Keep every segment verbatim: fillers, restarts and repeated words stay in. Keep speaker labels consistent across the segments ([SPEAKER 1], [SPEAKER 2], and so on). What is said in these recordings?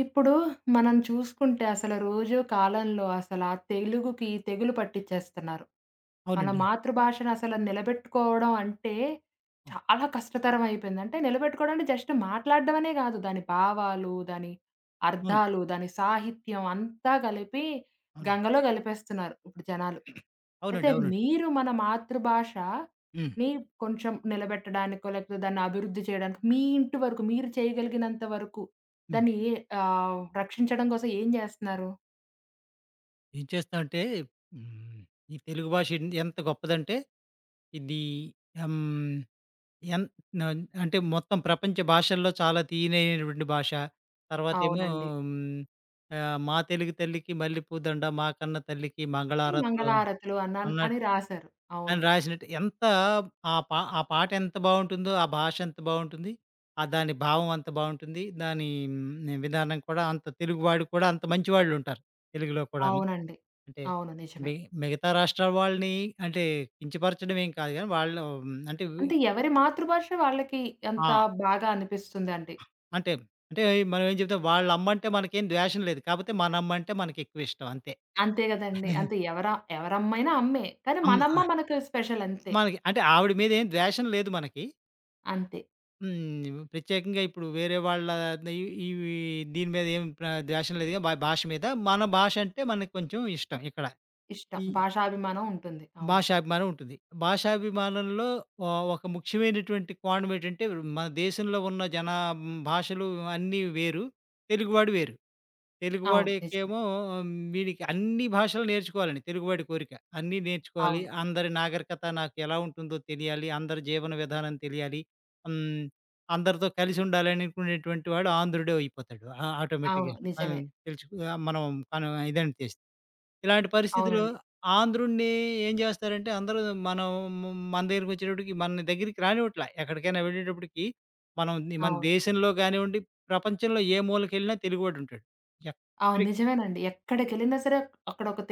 [SPEAKER 1] ఇప్పుడు మనం చూసుకుంటే అసలు రోజు కాలంలో అసలు ఆ తెలుగుకి తెగులు పట్టిచ్చేస్తున్నారు. మన
[SPEAKER 2] అవునండి.
[SPEAKER 1] మాతృభాషను అసలు నిలబెట్టుకోవడం అంటే
[SPEAKER 2] ఆ!
[SPEAKER 1] చాలా కష్టతరం అయిపోయింది. అంటే నిలబెట్టుకోవడం అంటే జస్ట్ మాట్లాడడం అనే కాదు. దాని భావాలు, దాని
[SPEAKER 2] అవును.
[SPEAKER 1] అర్థాలు, దాని సాహిత్యం అంతా కలిపి
[SPEAKER 2] అవునండి.
[SPEAKER 1] గంగలో కలిపేస్తున్నారు ఇప్పుడు జనాలు. అయితే
[SPEAKER 2] అవునండి. అవునండి.
[SPEAKER 1] మీరు మన
[SPEAKER 2] హ్మ్.
[SPEAKER 1] మాతృభాషని కొంచెం నిలబెట్టడానికో లేకపోతే దాన్ని అభివృద్ధి చేయడానికి మీ ఇంటి వరకు మీరు చేయగలిగినంత వరకు
[SPEAKER 2] హ్మ్.
[SPEAKER 1] దాన్ని ఆహ్, రక్షించడం కోసం ఏం జేస్తున్నారు?
[SPEAKER 2] ఏం చేస్తామంటే హ్మ్, ఈ తెలుగు భాష ఎన్ ఎంత గొప్పదంటే ఇది హ్మ్, ఎన్ నన్ అంటే మొత్తం ప్రపంచ భాషల్లో చాలా తీయనైనటువంటి భాష. తర్వాతేమో
[SPEAKER 1] అవునండి.
[SPEAKER 2] హ్మ్, ఆహ్, మా తెలుగు తల్లికి మల్లెపూ దండ మా కన్న తల్లికి
[SPEAKER 1] ఈ
[SPEAKER 2] మంగళహారతులు
[SPEAKER 1] మంగళహారతులు అన్నాన్ అని
[SPEAKER 2] అన్నట్టు
[SPEAKER 1] రాశారు.
[SPEAKER 2] ఆయన
[SPEAKER 1] అవును.
[SPEAKER 2] రాసినట్టు ఎంత ఆ పా ఆ పాట ఎంత బావుంటుందో, ఆ భాష ఎంత బావుంటుంది, ఆ దాని భావం అంత బావుంటుంది. దాని హ్మ్, విధానం కూడా అంత, తెలుగువాడు కూడా అంత మంచివాళ్ళుంటారు తెలుగులో కూడాను.
[SPEAKER 1] అవునండి.
[SPEAKER 2] అంటే
[SPEAKER 1] అవును, నిజమే.
[SPEAKER 2] మి మిగతా రాష్ట్రాల వాళ్ళని అంటే కించపరచడం ఏం కాదు గానీ, వాళ్ళు హ్మ్, అంటే వి
[SPEAKER 1] అంటే ఎవరి మాతృభాష వాళ్ళకి అంత
[SPEAKER 2] ఆ!
[SPEAKER 1] బాగా అనిపిస్తుందండి.
[SPEAKER 2] అంటే, అంటే మనం ఏం చెప్తాం, వాళ్ళమ్మంటే మనకేం ద్వేషం లేదు, కాపోతే మనమ్మంటే మనకెక్కువ ఇష్టం అంతే.
[SPEAKER 1] అంతే గదండీ. అంతే ఎవర ఎవరమ్మైనా అమ్మే. కానీ
[SPEAKER 2] అమ్ ఆ!
[SPEAKER 1] మనమ్మ మనకు స్పెషల్ అంతే.
[SPEAKER 2] మనకి అంటే ఆవిడ మీద ఏం ద్వేషం లేదు మనకి.
[SPEAKER 1] అంతే.
[SPEAKER 2] హ్మ్. ప్రత్యేకంగా ఇప్పుడు వేరే వాళ్ళ ఇ ఇవి దీని మీద ఏం ప్ర ద్వేషం లేదుగా భా భాష మీద. మన భాష అంటే మనకు కొంచెం ఇష్టం ఇక్కడ.
[SPEAKER 1] ఇష్టం.
[SPEAKER 2] ఈ
[SPEAKER 1] భాషాభిమానం ఉంటుంది. అవును.
[SPEAKER 2] భాషాభిమానం ఉంటుంది. భాషాభిమానంలో ఆహ్, ఒక ముఖ్యమైనటువంటి కోణం ఏంటంటే, మన దేశంలో ఉన్న జనా భాషలు అన్నీ వేరు. తెలుగువాడు వేరు.
[SPEAKER 1] అవును, నిజమే.
[SPEAKER 2] తెలుగువాడికేమో ఉమ్, వీడికి అన్ని భాషలు నేర్చుకోవాలండి తెలుగువాడి కోరిక. అన్నీ నేర్చుకోవాలి.
[SPEAKER 1] అవును.
[SPEAKER 2] అందరి నాగరికత నాకు ఎలా ఉంటుందో తెలియాలి. అందరి జీవన విధానం తెలియాలి. హ్మ్. అందరితో కలిసి ఉండాలని అనుకునేటువంటి వాడు ఆంధ్రుడే అయిపోతాడు ఆ
[SPEAKER 1] అవును,
[SPEAKER 2] ఆటోమేటిక్‌గా. మనం
[SPEAKER 1] నిజమే.
[SPEAKER 2] తెలుసు మనం మనం ఇదంతే ఇలాంటి పరిస్థితిలో
[SPEAKER 1] అవునండి.
[SPEAKER 2] ఆంధ్రుడిని ఏం చేస్తారంటే అందరూ మనం మన దగ్గరికొచ్చేటప్పటికి మన దగ్గరికి రానివ్వట్లా. ఎక్కడికైనా వెళ్ళేటప్పటికి మనం మన
[SPEAKER 1] అవును.
[SPEAKER 2] దేశంలో కానివ్వండి, ప్రపంచంలో ఏ మూలకెళ్ళినా తెలుగువాడుంటాడు.
[SPEAKER 1] అవును,
[SPEAKER 2] ఎక్కడికి
[SPEAKER 1] నిజమేనండి. ఎక్కడికెళ్ళినా సరే అక్కడొక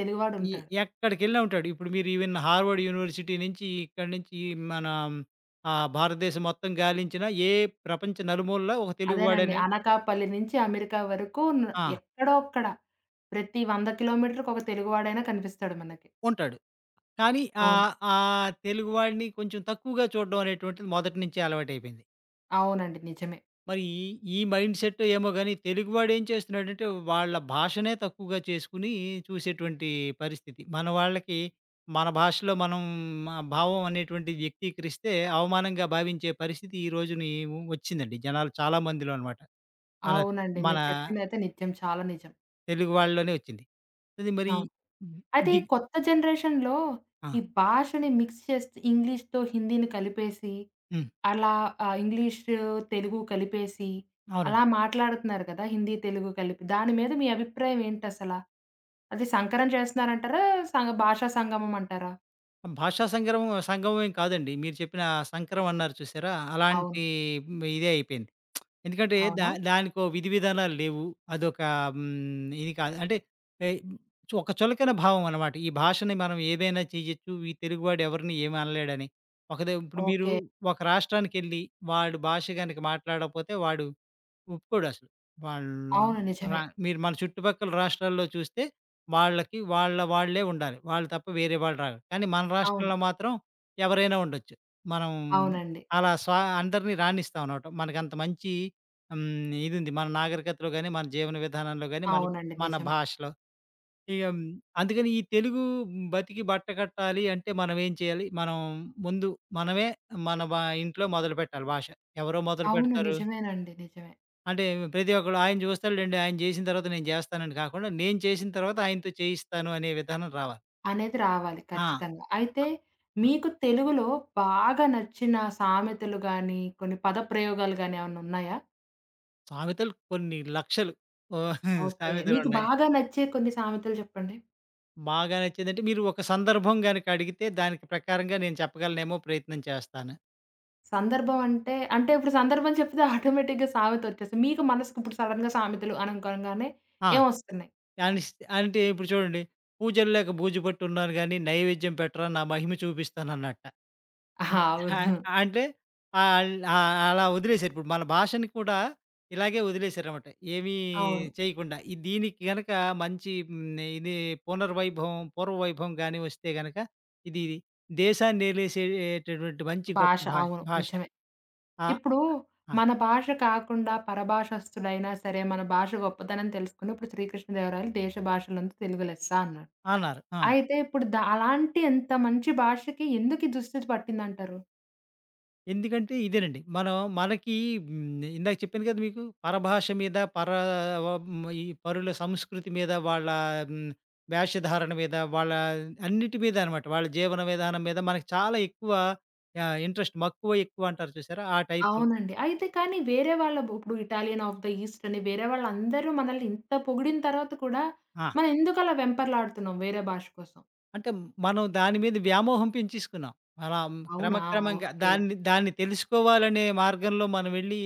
[SPEAKER 2] ఎ
[SPEAKER 1] తెలుగువాడుంటాడు.
[SPEAKER 2] ఎక్కడికెళ్ళినా ఉంటాడు. ఇప్పుడు మీరు ఈవెన్ హార్వర్డ్ యూనివర్సిటీ నుంచి ఇక్కడి నుంచి మన ఆహ్, భారతదేశం మొత్తం గాలించినా ఏ ప్రపంచ నలుమూలలా ఒక
[SPEAKER 1] అదేనండి.
[SPEAKER 2] తెలుగువాడనే
[SPEAKER 1] అనకాపల్లి నుంచి అమెరికా వరకు న్
[SPEAKER 2] ఆ!
[SPEAKER 1] ఎక్కడో అక్కడ ప్రతి వంద కిలోమీటర్‌కి ఒక తెలుగువాడైనా కనిపిస్తాడు మనకి.
[SPEAKER 2] ఉంటాడు. కానీ
[SPEAKER 1] అవును.
[SPEAKER 2] ఆహ్, ఆ తెలుగువాడిని కొంచెం తక్కువగా చూడడం అనేటువంటిది మొదటి నుంచే అలవాటయిపోయింది.
[SPEAKER 1] అవునండి, నిజమే.
[SPEAKER 2] మరి ఈ ఈ మైండ్‌సెట్ ఏమో గాని, తెలుగువాడు ఏం చేస్తున్నాడంటే వాళ్ళ భాషనే తక్కువగా చేసుకొని చూసేటువంటి పరిస్థితి. మన వాళ్ళకి మన భాషలో మనం ఆ భావం అనేటువంటిది వ్యక్తీకరిస్తే అవమానంగా భావించే పరిస్థితి ఈ రోజుని వచ్చిందండి జనాలు చాలా మందిలో అనమాట. మన
[SPEAKER 1] అవునండి.
[SPEAKER 2] మన
[SPEAKER 1] మీరు చెప్పిందైతే నిజం. చాలా నిజం.
[SPEAKER 2] తెలుగు వాళ్ళలోనే వచ్చింది అది మరి.
[SPEAKER 1] అవును. అయితే
[SPEAKER 2] ఇది
[SPEAKER 1] ఈ కొత్త జనరేషన్‌లో
[SPEAKER 2] ఆ!
[SPEAKER 1] ఈ భాషని మిక్స్ చేస్తూ ఇంగ్లీష్‌తో హిందీని కలిపేసి
[SPEAKER 2] హ్మ్.
[SPEAKER 1] అలా ఆహ్, ఇంగ్లీష్, తెలుగు కలిపేసి అలా
[SPEAKER 2] అవునండి.
[SPEAKER 1] మాట్లాడుతున్నారు కదా! హిందీ, తెలుగు కలిపి. దాని మీద మీ అభిప్రాయం ఏంటసలా? అది సంకరం చేస్తున్నారంటారా? సంగ భాషా సంగమం అంటారా?
[SPEAKER 2] భాషా సంగ్రమం సంగమం ఏం కాదండి. మీరు చెప్పిన సంకరం అన్నారు చూసారా?
[SPEAKER 1] అవును.
[SPEAKER 2] అలాంటి ఇదే అయిపోయింది. ఎందుకంటే దా
[SPEAKER 1] అవునా?
[SPEAKER 2] దానికో విధి విధానాలు లేవు. అదొక హ్మ్, ఇది కాదు. అంటే ఏ చు- ఒక చులకన భావం అనమాట. ఈ భాషని మనం ఏదైనా చేయొచ్చు, ఈ తెలుగువాడు ఎవరిని ఏమి అనలేడని. ఒకదే ఇప్పుడు మీరు
[SPEAKER 1] ఓకే.
[SPEAKER 2] ఒక రాష్ట్రానికెళ్ళి, వాడు భాష గనక మాట్లాడకపోతే వాడు ఒప్పుకోడసలు. వాళ్ళు
[SPEAKER 1] అవును, నిజమే.
[SPEAKER 2] రా మీరు మన చుట్టుపక్కల రాష్ట్రాల్లో చూస్తే వాళ్ళకి వాళ్ళ వాళ్ళే ఉండాలి, వాళ్ళు తప్ప వేరే వాళ్ళు రారు. కానీ మన
[SPEAKER 1] అవును.
[SPEAKER 2] రాష్ట్రంలో మాత్రం ఎవరైనా ఉండొచ్చు. మనం
[SPEAKER 1] అవునండి.
[SPEAKER 2] అలా స్వా అందరిని రానిస్తాం అన్నమాట. మనకంత మంచి హ్మ్, ఇదుంది మన నాగరికతలో గాని, మన జీవన విధానంలో గాని, మన
[SPEAKER 1] అవునండి,
[SPEAKER 2] మన
[SPEAKER 1] నిజమే.
[SPEAKER 2] భాషలో ఇగ హ్మ్. అందుకని ఈ తెలుగు బతికి బట్ట కట్టాలి అంటే మనం ఏం చేయాలి? మనం ముందు మనమే మన బా ఇంట్లో మొదలుపెట్టాలి భాష. ఎవరో
[SPEAKER 1] అవును,
[SPEAKER 2] మొదలుపెడతారు?
[SPEAKER 1] నిజమేనండి. నిజమే.
[SPEAKER 2] అంటే ప్రతి ఒక్కడు ఆయన చూస్తాడులెండి. ఆయన జేసిన తర్వాత నేను జేస్తానని కాకుండా, నేను చేసిన తర్వాత ఆయనతో చేయిస్తాను అనే విధానం రావాలి.
[SPEAKER 1] అనేది రావాలి
[SPEAKER 2] ఆ!
[SPEAKER 1] ఖచ్చితంగా. అయితే మీకు తెలుగులో బాగా నచ్చిన సామెతలు గాని, కొన్ని పదప్రయోగాలు గాని ఏమన్నా ఉన్నాయా?
[SPEAKER 2] సామెతలు కొన్ని లక్షలు. ఓహ్!
[SPEAKER 1] ఓకే. మీకు
[SPEAKER 2] సామెతలున్నాయి.
[SPEAKER 1] బాగా నచ్చే కొన్ని సామెతలు చెప్పండి.
[SPEAKER 2] బాగా నచ్చిందంటే మీరు ఒక సందర్భం గనక అడిగితే దానికి ప్రకారంగా నేను చెప్పగలనేమో, ప్రయత్నం చేస్తాను.
[SPEAKER 1] సందర్భం అంటే, అంటే ఇప్పుడు సందర్భం చెప్తే ఆటోమేటిక్‌గా సామెత వచ్చేస్తది. మీకు మనసుకి ఇప్పుడు సడెన్‌గా సామెతలు అనంగంగానే
[SPEAKER 2] ఆ!
[SPEAKER 1] ఏమొస్తున్నాయి?
[SPEAKER 2] అనిస్ అంటే ఇప్పుడు చూడండి, పూజలు లేక బూజు పట్టున్నాను గానీ నైవేద్యం పెట్టరా నా మహిమ చూపిస్తానన్నట్ట. అన్ ఆ!
[SPEAKER 1] అవును.
[SPEAKER 2] అంటే ఆల్ ఆహ్, అలా వదిలేసారు. ఇప్పుడు మన భాషని కూడా ఇలాగే వదిలేసారనమాట ఏమీ
[SPEAKER 1] అవును.
[SPEAKER 2] చేయకుండా. ఈ దీనికి గనక మంచి హ్మ్, ఇది పునర్వైభవం, పూర్వ వైభవం గాని వస్తే గనక ఇది దేశాన్నేలేసేటటువంటి మంచి గొప్ప
[SPEAKER 1] భాష.
[SPEAKER 2] భా
[SPEAKER 1] అవును,
[SPEAKER 2] భాష.
[SPEAKER 1] నిజమే.
[SPEAKER 2] ఆ!
[SPEAKER 1] ఇప్పుడు
[SPEAKER 2] ఆ!
[SPEAKER 1] మన భాష కాకుండా పరభాషస్తుడైనా సరే, మన భాష గొప్పతనం తెలుసుకుని ఇప్పుడు 'శ్రీకృష్ణదేవరాయలు' దేశ భాషలందు తెలుగు లెస్స అన్నారు.
[SPEAKER 2] అన్నారు. ఆ!
[SPEAKER 1] అయితే ఇప్పుడు ద అలాంటి ఎంత మంచి భాషకి ఎందుకీ దుస్థితి పట్టిందంటారు?
[SPEAKER 2] ఎందుకంటే ఇదేనండి. మనం మనకి హ్మ్, ఇందాక చెప్పాను కదా మీకు పరభాష మీద, పర హ్మ్, ఈ పరుల సంస్కృతి మీద, వాళ్ళ హ్మ్, వేషధారణ మీద, వాళ్ళ అన్నిటి మీద అనమాట. వాళ్ళ జీవన విధానం మీద మనకు చాలా ఎక్కువ ఆహ్, ఇంట్రెస్ట్, మక్కువ, ఎక్కువ అంటారు చూసారా? ఆ టైప్‌లో.
[SPEAKER 1] అవునండి. అయితే కానీ వేరే వాళ్ళ బు ఇప్పుడు 'ఇటాలియన్ ఆఫ్ ద ఈస్ట్' అని వేరే వాళ్ళందరూ మనల్ని ఇంత పొగిడిన తర్వాత కూడా
[SPEAKER 2] ఆ!
[SPEAKER 1] మనం ఎందుకలా వెంపర్లాడుతున్నాం వేరే భాష కోసం?
[SPEAKER 2] అంటే మనం దాని మీద వ్యామోహం పెంచేసుకున్నాం. అలా
[SPEAKER 1] అవునా?
[SPEAKER 2] క్రమక్రమంగా
[SPEAKER 1] ఓకే.
[SPEAKER 2] దాన్ని దాన్ని తెలుసుకోవాలనే మార్గంలో మనం వెళ్ళి,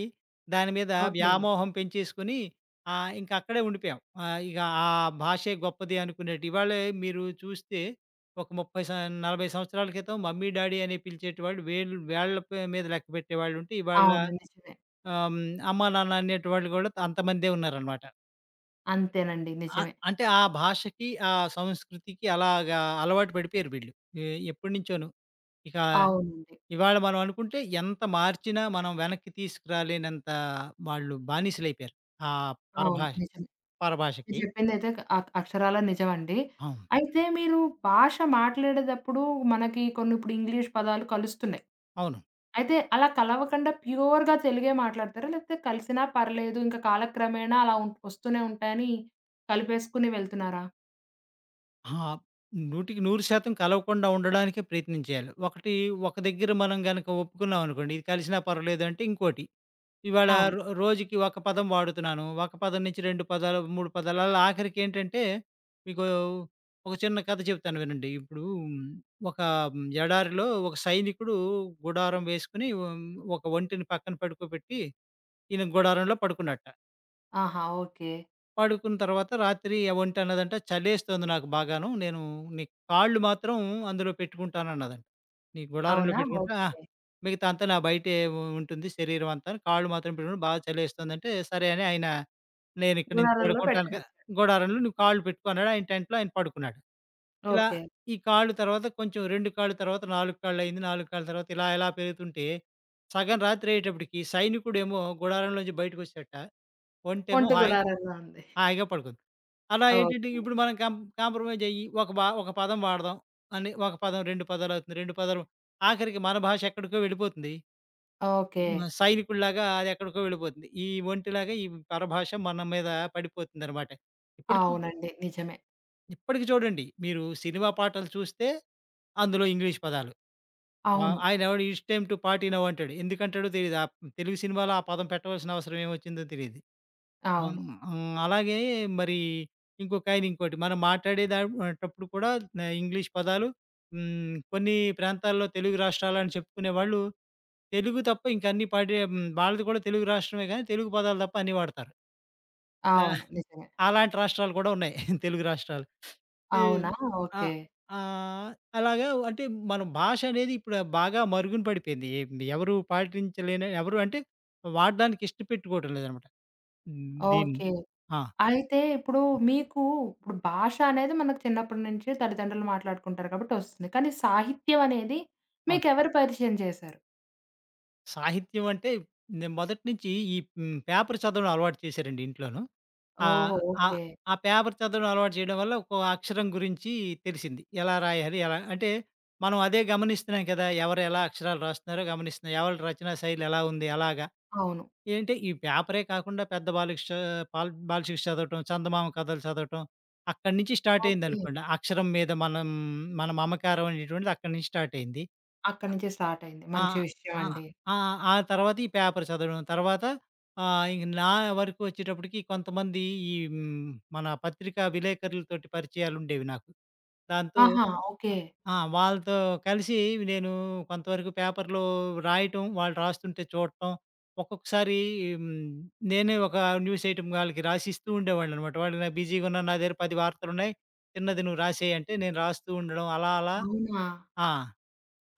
[SPEAKER 2] దాని మీద
[SPEAKER 1] ఓకే.
[SPEAKER 2] వ్యామోహం పెంచేసుకొని ఆహ్, ఇంక అక్కడే ఉండిపోయాం. ఆహ్, ఇక ఆ భాషే గొప్పది అనుకునేట్టు. ఇవాళే మీరు చూస్తే ఒక ముప్పై సం నలభై సంవత్సరాల క్రితం మమ్మీ, డాడీ అని పిలిచేటివాళ్ళు వేళ్ళు వేళ్ళ పే మీద లెక్కపెట్టేవాళ్ళుంటే, ఇవాళ
[SPEAKER 1] అవును, నిజమే.
[SPEAKER 2] ఆహ్, హ్మ్, అమ్మా, నాన్న అనేటి వాళ్ళు కూడా అంతమందే ఉన్నారనమాట.
[SPEAKER 1] అంతేనండి,
[SPEAKER 2] ఆ!
[SPEAKER 1] నిజమే.
[SPEAKER 2] అంటే ఆ భాషకి, ఆ సంస్కృతికి అలాగా అలవాటు పడిపోయారు వీళ్ళు ఎ ఎప్పటినుంచోను. ఇక
[SPEAKER 1] అవునండి.
[SPEAKER 2] ఇవాళ మనం అనుకుంటే ఎంత మార్చినా మనం వెనక్కి తీసుకురాలేనంత వాళ్ళు బానిసలైపోయారు ఆ
[SPEAKER 1] అవును,
[SPEAKER 2] పరభా
[SPEAKER 1] నిజమే. మీరు
[SPEAKER 2] పరభాషకి.
[SPEAKER 1] చెప్పిందైతే అ అక్షరాల నిజమండి.
[SPEAKER 2] అవును.
[SPEAKER 1] అయితే మీరు భాష మాట్లాడేటప్పుడు మనకి కొన్ని ఇప్పుడు ఇంగ్లీష్ పదాలు కలుస్తున్నాయి.
[SPEAKER 2] అవును.
[SPEAKER 1] అయితే అలా కలవకుండా ప్యూర్‌గా తెలుగే మాట్లాడతారా? లేకపోతే కలిసినా పర్లేదు ఇంకా కాలక్రమేణా అలా ఉం వస్తూనే ఉంటాయని కలిపేసుకుని వెళ్తున్నారా?
[SPEAKER 2] ఆ! 100కి వంద శాతం కలవకుండా ఉండడానికే ప్రయత్నం చేయాలి. ఒకటి, ఒక దగ్గర మనం గనక ఒప్పుకున్నాం అనుకోండి, ఇది కలిసినా పర్వాలేదు అంటే ఇంకోటి. ఇవాళ
[SPEAKER 1] అవును.
[SPEAKER 2] రో రోజుకి ఒక పదం వాడుతున్నాను, ఒక పదం నుంచి రెండు పదాలు, మూడు పదాలు అలా ఆఖరికేంటంటే మీకు ఒక చిన్న కథ చెప్తాను, వినండి. ఇప్పుడు ఉమ్, ఒక ఉమ్, ఎడారిలో ఒక సైనికుడు గుడారం వేసుకొని ఒక ఒంటెని పక్కన పడుకోబెట్టి ఈయన గుడారంలో పడుకున్నాడట.
[SPEAKER 1] ఆహా! ఓకే.
[SPEAKER 2] పడుకున్న తర్వాత రాత్రి ఒంటి అన్నదంట, "చలేస్తోంది నాకు బాగాను. నేను నీ కాళ్ళు మాత్రం అందులో పెట్టుకుంటానన్నదంట. నీ గుడారంలో
[SPEAKER 1] అవునా?
[SPEAKER 2] పెట్టుకుంటా ఆ,
[SPEAKER 1] ఓకే.
[SPEAKER 2] మిగతా అంతా నా బయటే ఉ ఉంటుంది శరీరం అంతా. కాళ్ళు మాత్రం పెట్టుకుంటే బాగా చలేస్తోందంటే" సరే అని ఆయన నేనిక్కడ ఇంత
[SPEAKER 1] గుడారంలో
[SPEAKER 2] పడుకుంటాను క
[SPEAKER 1] పెట్టని
[SPEAKER 2] గుడారంలో నువ్వు కాళ్ళు పెట్టుకో అన్నాడు. ఆయన టెంట్‌లో ఆయన పడుకున్నాడు. ఇలా
[SPEAKER 1] ఓకే.
[SPEAKER 2] ఈ కాళ్ళు తర్వాత కొంచెం రెండు కాళ్ళు, తర్వాత నాలుగు కాళ్ళయింది. నాలుగు కాళ్ళ తర్వాత ఇలా ఇలా పెరుగుతుంటే సగం రాత్రి అయ్యేటప్పటికి సైనికుడేమో గుడారంలోంచి బయటకొచ్చాడట. ఒంటేమో
[SPEAKER 1] ఒంటి
[SPEAKER 2] హాయి
[SPEAKER 1] గుడారంలో ఉంది.
[SPEAKER 2] హాయిగా పడుకుంది. అలా ఏంటంటే
[SPEAKER 1] ఓకే.
[SPEAKER 2] ఇప్పుడు మనం కం కాంప్రమైజ్ అయ్యి ఒక బా ఒక పదం వాడదాం అని, ఒక పదం, రెండు పదాలవుతుంది, రెండు పదాలు ఆఖరికి మన భాష ఎక్కడికో వెళ్ళిపోతుంది.
[SPEAKER 1] ఓకే.
[SPEAKER 2] హ్మ్. సైనికుడిలాగా అది ఎక్కడికో వెళ్ళిపోతుంది. ఈ ఒంటిలాగా ఈ పరభాష మన మీద పడిపోతుందనమాట. ఇప్పటికి
[SPEAKER 1] అవునండి, నిజమే.
[SPEAKER 2] ఇప్పటికి చూడండి మీరు సినిమా పాటలు చూస్తే అందులో ఇంగ్లీష్ పదాలు. ఆహ్,
[SPEAKER 1] అవును.
[SPEAKER 2] ఆయనెవడో "it's time to party now" అంటాడు. ఎందుకంటాడో తెలీదు. ఆ తెలుగు సినిమాలో ఆ పదం పెట్టవలసిన అవసరం ఏమొచ్చిందో తెలీదు.
[SPEAKER 1] అవును.
[SPEAKER 2] హ్మ్. హ్మ్. అలాగే మరి ఇంకొకాయన ఇంకోటి, మనం మాట్లాడేదాటప్పుడు కూడా ఆహ్, ఇంగ్లీష్ పదాలు హ్మ్. కొన్ని ప్రాంతాల్లో తెలుగు రాష్ట్రాలని చెప్పుకునేవాళ్ళు, తెలుగు తప్ప ఇంకా అన్ని పాడే హ్మ్, వాళ్ళది కూడా తెలుగు రాష్ట్రమే గానీ తెలుగు పదాలు తప్ప అన్నీ వాడతారు. నా
[SPEAKER 1] అవును, నిజమే.
[SPEAKER 2] అలాంటి రాష్ట్రాలు కూడా ఉన్నాయి తెలుగు రాష్ట్రాలు. ఈ
[SPEAKER 1] అవునా?
[SPEAKER 2] ఆ!
[SPEAKER 1] ఓకే.
[SPEAKER 2] ఆహ్, అలాగా అంటే మన భాష అనేది ఇప్పుడు బాగా మరుగున పడిపోయింది. ఏ- ఎవరు పాటించలేని, ఎవరు అంటే వాడడానికి ఇష్టపెట్టుకోవటం లేదనమాట హ్మ్, దీన్ని.
[SPEAKER 1] ఓకే.
[SPEAKER 2] ఆ!
[SPEAKER 1] అయితే ఇప్పుడు మీకు ఇప్పుడు భాష అనేది మనకు చిన్నప్పటి నుంచి తల్లిదండ్రులు మాట్లాడుకుంటారు కాబట్టి వస్తుంది. కానీ సాహిత్యం అనేది
[SPEAKER 2] అవును.
[SPEAKER 1] మీకెవరు పరిచయం చేశారు?
[SPEAKER 2] సాహిత్యం అంటే నేను మొదటి నుంచి ఈ హ్మ్, పేపర్ చదవడం అలవాటు చేశారండి ఇంట్లోను. ఆహ్,
[SPEAKER 1] ఓహో!
[SPEAKER 2] ఆహ్,
[SPEAKER 1] ఓకే.
[SPEAKER 2] ఆ పేపర్ చదవడం అలవాటు చేయడం వల్ల ఒక్కో అక్షరం గురించి తెలిసింది. ఎలా రాయాలి? ఎలా అంటే మనం అదే గమనిస్తున్నాం కదా! ఎవరు ఎలా అక్షరాలు రాస్తున్నారో గమనిస్తున్నాం. ఎవరి రచనా శైలి ఎలా ఉంది? అలాగా.
[SPEAKER 1] అవును.
[SPEAKER 2] ఏంటే ఈ పేపరే కాకుండా పెద్ద బాలకిష్ పాల్ బాలశిక్ష చదవటం, చందమామ కథలు చదవటం, అక్కడి నుంచి స్టార్ట్
[SPEAKER 1] ఓకే.
[SPEAKER 2] అయిందనుకోండి. అక్షరం మీద మనం మన మమకారం అనేటువంటిది అక్కడి నుంచి స్టార్ట్ అయింది.
[SPEAKER 1] అక్కడి నుంచే స్టార్ట్ అయింది.
[SPEAKER 2] ఆ!
[SPEAKER 1] మంచి విషయం
[SPEAKER 2] ఆ!
[SPEAKER 1] అండి.
[SPEAKER 2] ఆ! ఆ తర్వాత ఈ పేపర్ చదవడం. తర్వాత ఆహ్, ఇంక నా వరకు వచ్చేటప్పటికి కొంతమంది ఈ హ్మ్, మన పత్రికా విలేకరులతోటి పరిచయాలుండేవి నాకు. దాంతో
[SPEAKER 1] ఆహా! ఓకే.
[SPEAKER 2] అ ఆ! వాళ్ళతో కలిసి నేను కొంతవరకు పేపర్‌లో రాయటం, వాళ్ళు రాస్తుంటే చూడటం. ఒక్కొక్కసారి హ్మ్, నేనే ఒక న్యూస్ ఐటెమ్ వాళ్ళకి రాసిస్తూ ఉండేవాడిననమాట. వాళ్ళు "నేను బిజీగా ఉన్నాను. నా దగ్గర పది వార్తలున్నాయి. చిన్నది నువ్వు రాసేయి" అంటే నేను రాస్తూ ఉండడం అలా అలా.
[SPEAKER 1] అవునా?
[SPEAKER 2] ఆ!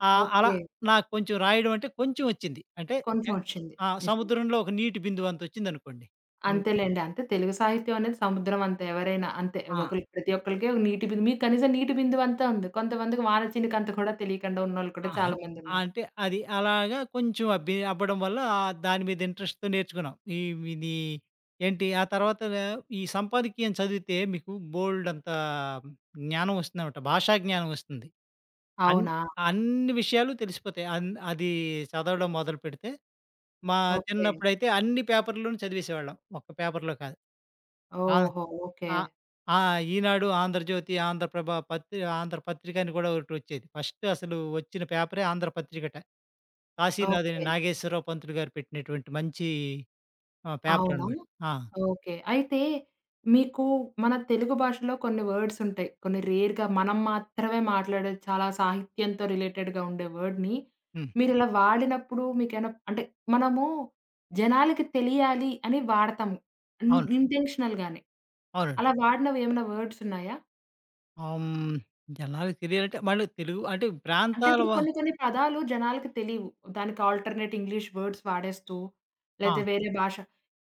[SPEAKER 2] ఆ! అలా
[SPEAKER 1] ఓకే.
[SPEAKER 2] నాకు కొంచెం రాయడం అంటే కొంచెం వచ్చింది. అంటే
[SPEAKER 1] కొంచెం
[SPEAKER 2] ఎ
[SPEAKER 1] వచ్చింది.
[SPEAKER 2] ఆ!
[SPEAKER 1] నిజమే.
[SPEAKER 2] సముద్రంలో ఒక నీటి బిందువు అంతొచ్చిందనుకోండి. అన్
[SPEAKER 1] అంతేలెండి. అంతే తెలుగు సాహిత్యం అనేది సముద్రం అంతే ఎవరైనా అంతే.
[SPEAKER 2] ఆ!
[SPEAKER 1] ఒకళ్ళు ప్రతి ఒక్కళ్ళకి ఒక నీటి బిందు మీకు కనీసం నీటి బిందువంతా ఉంది. కొంతమందికి వాన చినుకంత కూడా తెలియకుండా ఉన్నోళ్ళు కూడా
[SPEAKER 2] ఆహా!
[SPEAKER 1] చాలా
[SPEAKER 2] ఆ,
[SPEAKER 1] మందున్నారు.
[SPEAKER 2] అంటే అది అలాగా కొంచెం అబ్బి అబ్బడం వల్ల ఆ దాని మీద ఇంట్రెస్ట్‌తో నేర్చుకున్నాం. ఈ ఇది ఏంటి, ఆ తర్వాత ఈ సంపాదకీయం చదివితే మీకు బోలెడంత జ్ఞానం వస్తుందన్నమాట, భాషా జ్ఞానం వస్తుంది. అన్
[SPEAKER 1] అవునా?
[SPEAKER 2] అన్ని విషయాలు తెలిసిపోతాయి. అన్ అది చదవడం మొదలుపెడితే మా
[SPEAKER 1] ఓకే.
[SPEAKER 2] చిన్నప్పుడైతే అన్ని పేపర్‌లోను చదివేసేవాళ్ళం, ఒక్క పేపర్‌లో కాదు. ఆ!
[SPEAKER 1] ఓహో! ఓకే.
[SPEAKER 2] ఆ! ఆ! ఈనాడు, ఆంధ్రజ్యోతి, ఆంధ్రప్రభ, పత్రి ఆంధ్రపత్రిక అని కూడా ఒకటొచ్చేది. ఫస్ట్ అసలు వచ్చిన పేపరే ఆంధ్రపత్రికట. కాశీనాథుని
[SPEAKER 1] ఓకే.
[SPEAKER 2] నాగేశ్వరరావు పంతులు గారు పెట్టినటువంటి మంచి ఆహ్,
[SPEAKER 1] అవును.
[SPEAKER 2] పేపరనమాట. ఆ!
[SPEAKER 1] ఓకే. అయితే మీకు మన తెలుగు భాషలో కొన్ని వర్డ్స్ ఉంటాయి. కొన్ని రేర్‌గా మనం మాత్రమే మాట్లాడే చాలా సాహిత్యంతో రిలేటెడ్‌గా ఉండే వర్డ్‌ని
[SPEAKER 2] హ్మ్.
[SPEAKER 1] మీరిలా వాడినప్పుడు మీకేమైనా అంటే మనము జనాలకి తెలియాలి అని వాడతాము. ఇన్
[SPEAKER 2] అవును.
[SPEAKER 1] ఇంటెన్షనల్‌గానే.
[SPEAKER 2] అవునండి.
[SPEAKER 1] అలా వాడినవి ఏమైనా వర్డ్స్ ఉన్నాయా?
[SPEAKER 2] ఆహ్, హ్మ్, జనాలకి తెలియాలంటే మళ్ళీ తెలుగు అంటే
[SPEAKER 1] అంటే
[SPEAKER 2] ప్రాంతాల
[SPEAKER 1] ఇప్పుడు
[SPEAKER 2] వ
[SPEAKER 1] కొన్ని కొన్ని పదాలు జనాలకి తెలీవు. దానికి ఆల్టర్‌నేట్ ఇంగ్లీష్ వర్డ్స్ వాడేస్తూ,
[SPEAKER 2] ఆ!
[SPEAKER 1] లేతే వేరే భాష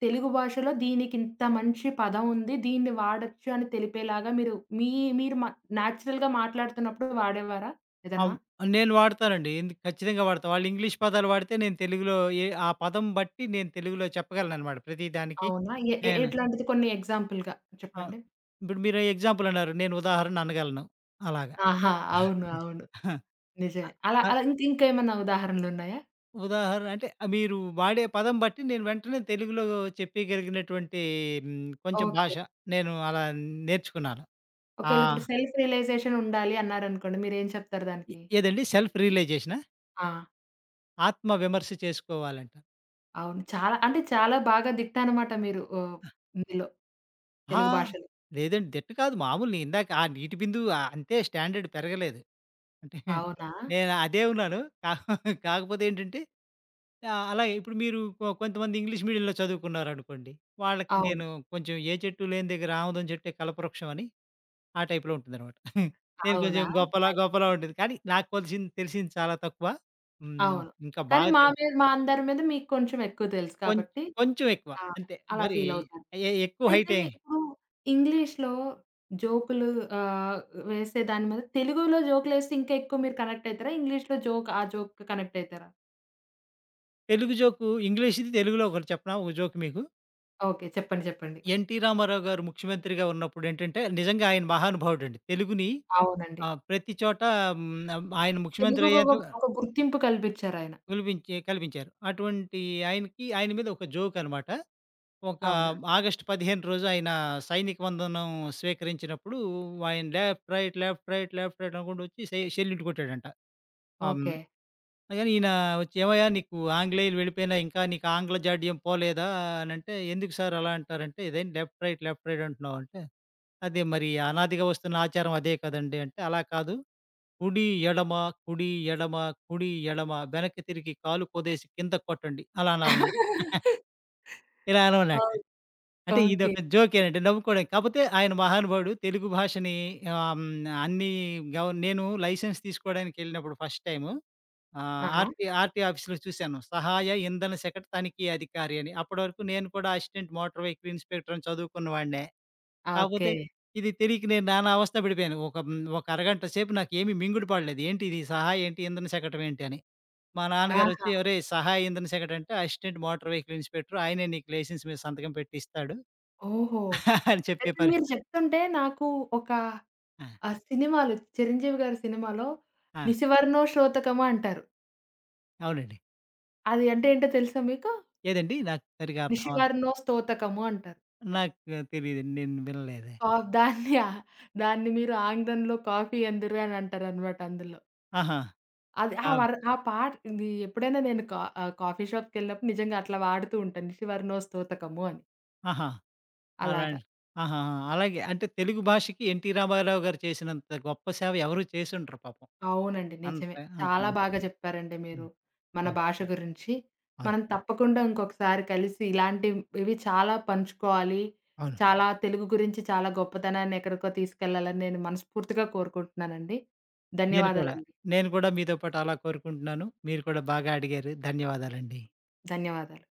[SPEAKER 1] తెలుగు భాషలో దీనికింత మంచి పదం ఉంది. దీన్ని వాడొచ్చు అని తెలిపేలాగా మీరు మీ మీరు మ నేచురల్‌గా మాట్లాడుతున్నప్పుడు వాడేవారా ఏదన్నా?
[SPEAKER 2] అవ్ నేను వాడతానండి. ఎందుకు, ఖచ్చితంగా వాడతా. వాళ్ళు ఇంగ్లీష్ పదాలు వాడితే నేను తెలుగులో ఏ ఆ పదం బట్టి నేను తెలుగులో చెప్పగలననమాట ప్రతి దానికి.
[SPEAKER 1] అవునా? ఎ ఎ
[SPEAKER 2] నేను
[SPEAKER 1] ఎట్లాంటిది కొన్ని ఎగ్జాంపుల్‌గా
[SPEAKER 2] ఆ!
[SPEAKER 1] చెప్పండి?
[SPEAKER 2] ఇప్పుడు మీరు ఎగ్జాంపుల్ అన్నారు. నేను ఉదాహరణ అనగలను, అలాగా.
[SPEAKER 1] ఆహా! అవును, అవును,
[SPEAKER 2] అ
[SPEAKER 1] నిజమే. అలా
[SPEAKER 2] ఆహ్,
[SPEAKER 1] అలా ఇంక ఇంకేమన్నా ఉదాహరణలున్నాయా?
[SPEAKER 2] ఉదాహరణ అంటే మీరు వాడే పదం బట్టి నేను వెంటనే తెలుగులో చెప్పేయగలిగినటువంటి హ్మ్, కొంచెం
[SPEAKER 1] ఓకే.
[SPEAKER 2] భాష నేను అలా నేర్చుకున్నాను. ఆ!
[SPEAKER 1] ఒకేళ ఇప్పుడు సెల్ఫ్ రియలైజేషన్ ఉండాలి అన్నారనుకోండి మీరేం చెప్తారు
[SPEAKER 2] ఎ
[SPEAKER 1] దానికి?
[SPEAKER 2] ఏదండి సెల్ఫ్ రియలైజేషనా?
[SPEAKER 1] ఆ!
[SPEAKER 2] ఆత్మ విమర్శ చేసుకోవాలంట.
[SPEAKER 1] అవును. చాలా అంటే చాలా బాగా దిట్టనమాట మీరు. ఓహ్! ఇందులో
[SPEAKER 2] ఆ!
[SPEAKER 1] తెలుగు భాషలో.
[SPEAKER 2] లేదండి, దిట్ట కాదు మామూలు. నేను ఇందాక ఆ నీటి బిందువు అంతే, స్టాండర్డ్ పెరగలేదు. అంటే
[SPEAKER 1] అవునా?
[SPEAKER 2] నేను అదే ఉన్నాను. కా కాకపోతే ఏంటంటే ఆ! అలాగే ఇప్పుడు మీరు కొ కొంతమంది ఇంగ్లీష్ మీడియంలో చదువుకున్నారనుకోండి. వాళ్ళకి
[SPEAKER 1] అవును.
[SPEAKER 2] నేను కొంచెం, ఏ చెట్టు లేని దగ్గర ఆముదం చెట్టే కల్పవృక్షం అని, ఆ టైప్‌లో ఉంటుందనమాట. నేను కొంచెం
[SPEAKER 1] అవునా?
[SPEAKER 2] గొప్పలా
[SPEAKER 1] అయ్
[SPEAKER 2] గొప్పలా ఉంటుంది. కానీ నాకు కొలిసింది తెలిసింది చాలా తక్కువ. హ్మ్.
[SPEAKER 1] అవును.
[SPEAKER 2] ఇంకా
[SPEAKER 1] కానీ
[SPEAKER 2] బాగా
[SPEAKER 1] మా
[SPEAKER 2] తె
[SPEAKER 1] మీద మా అందరి మీద మీకు కొంచెం ఎక్కువ తెలుసు
[SPEAKER 2] కొం
[SPEAKER 1] కాబట్టి
[SPEAKER 2] కొంచెం ఎక్కువ
[SPEAKER 1] ఆ!
[SPEAKER 2] అంతే.
[SPEAKER 1] అలా
[SPEAKER 2] మరి
[SPEAKER 1] ఫీల్ అవుతారు.
[SPEAKER 2] ఎ ఎక్కువ
[SPEAKER 1] అయితే
[SPEAKER 2] హైట్ ఏం.
[SPEAKER 1] ఇప్పుడు ఇంగ్లీష్‌లో జోకులు ఆహ్, వేసే దాని మీద తెలుగులో జోకులేస్తే ఇంకా ఎక్కువ మీరు కనెక్ట్ అయితారా? ఇంగ్లీష్‌లో జోక్ ఆ జోక్‌కి కనెక్ట్ అయితారా?
[SPEAKER 2] తెలుగు జోకు ఇంగ్లీష్‌ది తెలుగులో ఒకటి చెప్పనా? ఒక జోక్ మీకు.
[SPEAKER 1] ఓకే. చెప్పండి, చెప్పండి.
[SPEAKER 2] ఎన్టీ రామారావు గారు ముఖ్యమంత్రిగా ఉన్నప్పుడు ఏంటంటే నిజంగా ఆయన మహానుభావుడండి, తెలుగుని
[SPEAKER 1] అవునండి.
[SPEAKER 2] ఆహ్, ప్రతి చోట హ్మ్, ఆయన ముఖ్యమంత్రి
[SPEAKER 1] తెలుగుకొక
[SPEAKER 2] అయ్యేంత
[SPEAKER 1] ఒక ఒక గుర్తింపు కల్పించారాయన.
[SPEAKER 2] కులిపించి కల్పించారు. అటువంటి ఆయనకి, ఆయన మీద ఒక జోక్ అనమాట. ఒక
[SPEAKER 1] అవునా?
[SPEAKER 2] ఆగస్టు పదిహేను రోజు ఆయన సైనిక వందనం స్వీకరించినప్పుడు ఆయన left, right, left, right, left, right అనుకుంటూ వచ్చి సె సెల్యూట్ కొట్టాడంట. ఆహ్, హ్మ్.
[SPEAKER 1] ఓకే.
[SPEAKER 2] కానీ ఈయన వచ్చి, "ఏమయ్యా! నీకు ఆంగ్లేయులు వెళ్ళిపోయినా ఇంకా నీకు ఆంగ్ల జాడ్యం పోలేదా?" అనంటే, "ఎందుకు సార్ అలా అంటారంటే", "ఇదేంటి లెఫ్ట్, రైట్, లెఫ్ట్, రైట్ అంటున్నావు" అంటే, "అదే మరి అనాదిగా వస్తున్న ఆచారం అదే కదండీ" అంటే, "అలా కాదు, కుడి, ఎడమ, కుడి, ఎడమ, కుడి, ఎడమ, వెనక్కి తిరిగి కాలు కుదేసి కింద కొట్టండి" అలా అనాలమాట. ఇలా అనమన్నట్టు.
[SPEAKER 1] అవును.
[SPEAKER 2] అంటే
[SPEAKER 1] ఓకే.
[SPEAKER 2] ఇదొక జోకేనండి నవ్వుకోవడానికి. కాపోతే ఆయన మహానుభావుడు తెలుగు భాషని ఆహ్, హ్మ్, అన్నీ గవ నేను లైసెన్స్ తీసుకోవడానికెళ్ళినప్పుడు ఫస్ట్ టైము ఆహ్,
[SPEAKER 1] ఆహా!
[SPEAKER 2] ఆర్‌టి ఆర్‌టి ఆఫీస్‌లో చూశాను, సహాయ ఇంధన శాఖ తనిఖీ అధికారి అని. అప్పటి వరకు నేను కూడా అసిస్టెంట్ మోటార్ వెహికల్ ఇన్స్‌పెక్టర్ అని చదువుకున్న వాడినే.
[SPEAKER 1] ఆ! ఓకే.
[SPEAKER 2] కాకపోతే ఇది తెలియక నేను నానా అవస్థ పడిపోయాను. ఒక హ్మ్, ఒక అరగంట సేపు నాకేమి మింగుడు పడలేదు, ఏంటి ఇది సహాయ ఏంటి? ఇంధన శకటం ఏంటి? అని. మా
[SPEAKER 1] ఆహా!
[SPEAKER 2] నాన్నగారొచ్చి, "ఒరేయ్! సహాయ ఇంధన శకటం అంటే అసిస్టెంట్ మోటార్ వెహికల్ ఇన్స్‌పెక్టర్. ఆయనే నీకు లైసెన్స్ మీద సంతకం పెట్టి ఇస్తాడు"
[SPEAKER 1] ఓహో!
[SPEAKER 2] అని చెప్పే
[SPEAKER 1] అయితే మీరు
[SPEAKER 2] పరిస్థితి.
[SPEAKER 1] చెప్తుంటే నాకు ఒక
[SPEAKER 2] ఆ!
[SPEAKER 1] ఆ సినిమాలో 'చిరంజీవి' గారి సినిమాలో
[SPEAKER 2] ఆ!
[SPEAKER 1] 'నిశివర్ణో శ్రోతకము' అంటారు.
[SPEAKER 2] అవునండి.
[SPEAKER 1] అది అంటే ఏంటో తెలుసా మీకు?
[SPEAKER 2] ఏదండి? నాకు సరిగ్గా అర్థం అవ
[SPEAKER 1] 'నిశివర్ణో స్తోతకము' అంటారు.
[SPEAKER 2] నాకు తెలీదండి, నేను వినలేదే.
[SPEAKER 1] కా దాన్ని దాన్ని మీరు ఆంగ్లంలో కాఫీ ఎందురు అని అంటారనమాట అందులో.
[SPEAKER 2] ఆహా!
[SPEAKER 1] అది ఆ
[SPEAKER 2] ఆవ్!
[SPEAKER 1] వర్ ఆ పాట ఇది ఎప్పుడైనా నేను కా ఆహ్, కాఫీ షాప్‌కెళ్ళినప్పుడు నిజంగా అట్లా వాడుతూ ఉంటాను. 'నిశివర్ణో స్తోతకము' అని
[SPEAKER 2] ఆహా!
[SPEAKER 1] అలాగ.
[SPEAKER 2] అలాంటి ఆహాహా! అలాగే, అంటే తెలుగు భాషకి ఎన్టీ రామారావు గారు చేసినంత గొప్ప సేవ ఎవరు చేసుండరు పాపం.
[SPEAKER 1] అవునండి,
[SPEAKER 2] అంత
[SPEAKER 1] నిజమే.
[SPEAKER 2] అంత
[SPEAKER 1] చాలా బాగా చెప్పారండి మీరు.
[SPEAKER 2] హ్మ్.
[SPEAKER 1] మన భాష గురించి.
[SPEAKER 2] అవును.
[SPEAKER 1] మనం తప్పకుండా ఇంకొకసారి కలిసి ఇలాంటివి చాలా పంచుకోవాలి.
[SPEAKER 2] అవును.
[SPEAKER 1] చాలా తెలుగు గురించి చాలా గొప్పతనాన్ని ఎక్కడికో తీసుకెళ్లాలని నేను మనస్ఫూర్తిగా కోరుకుంటున్నానండి.
[SPEAKER 2] నేను కూడా.
[SPEAKER 1] ధన్యవాదాలండి.
[SPEAKER 2] నేను కూడా మీతో పాటు అలా కోరుకుంటున్నాను. మీరు కూడా బాగా అడిగారు. ధన్యవాదాలండి.
[SPEAKER 1] ధన్యవాదాలు.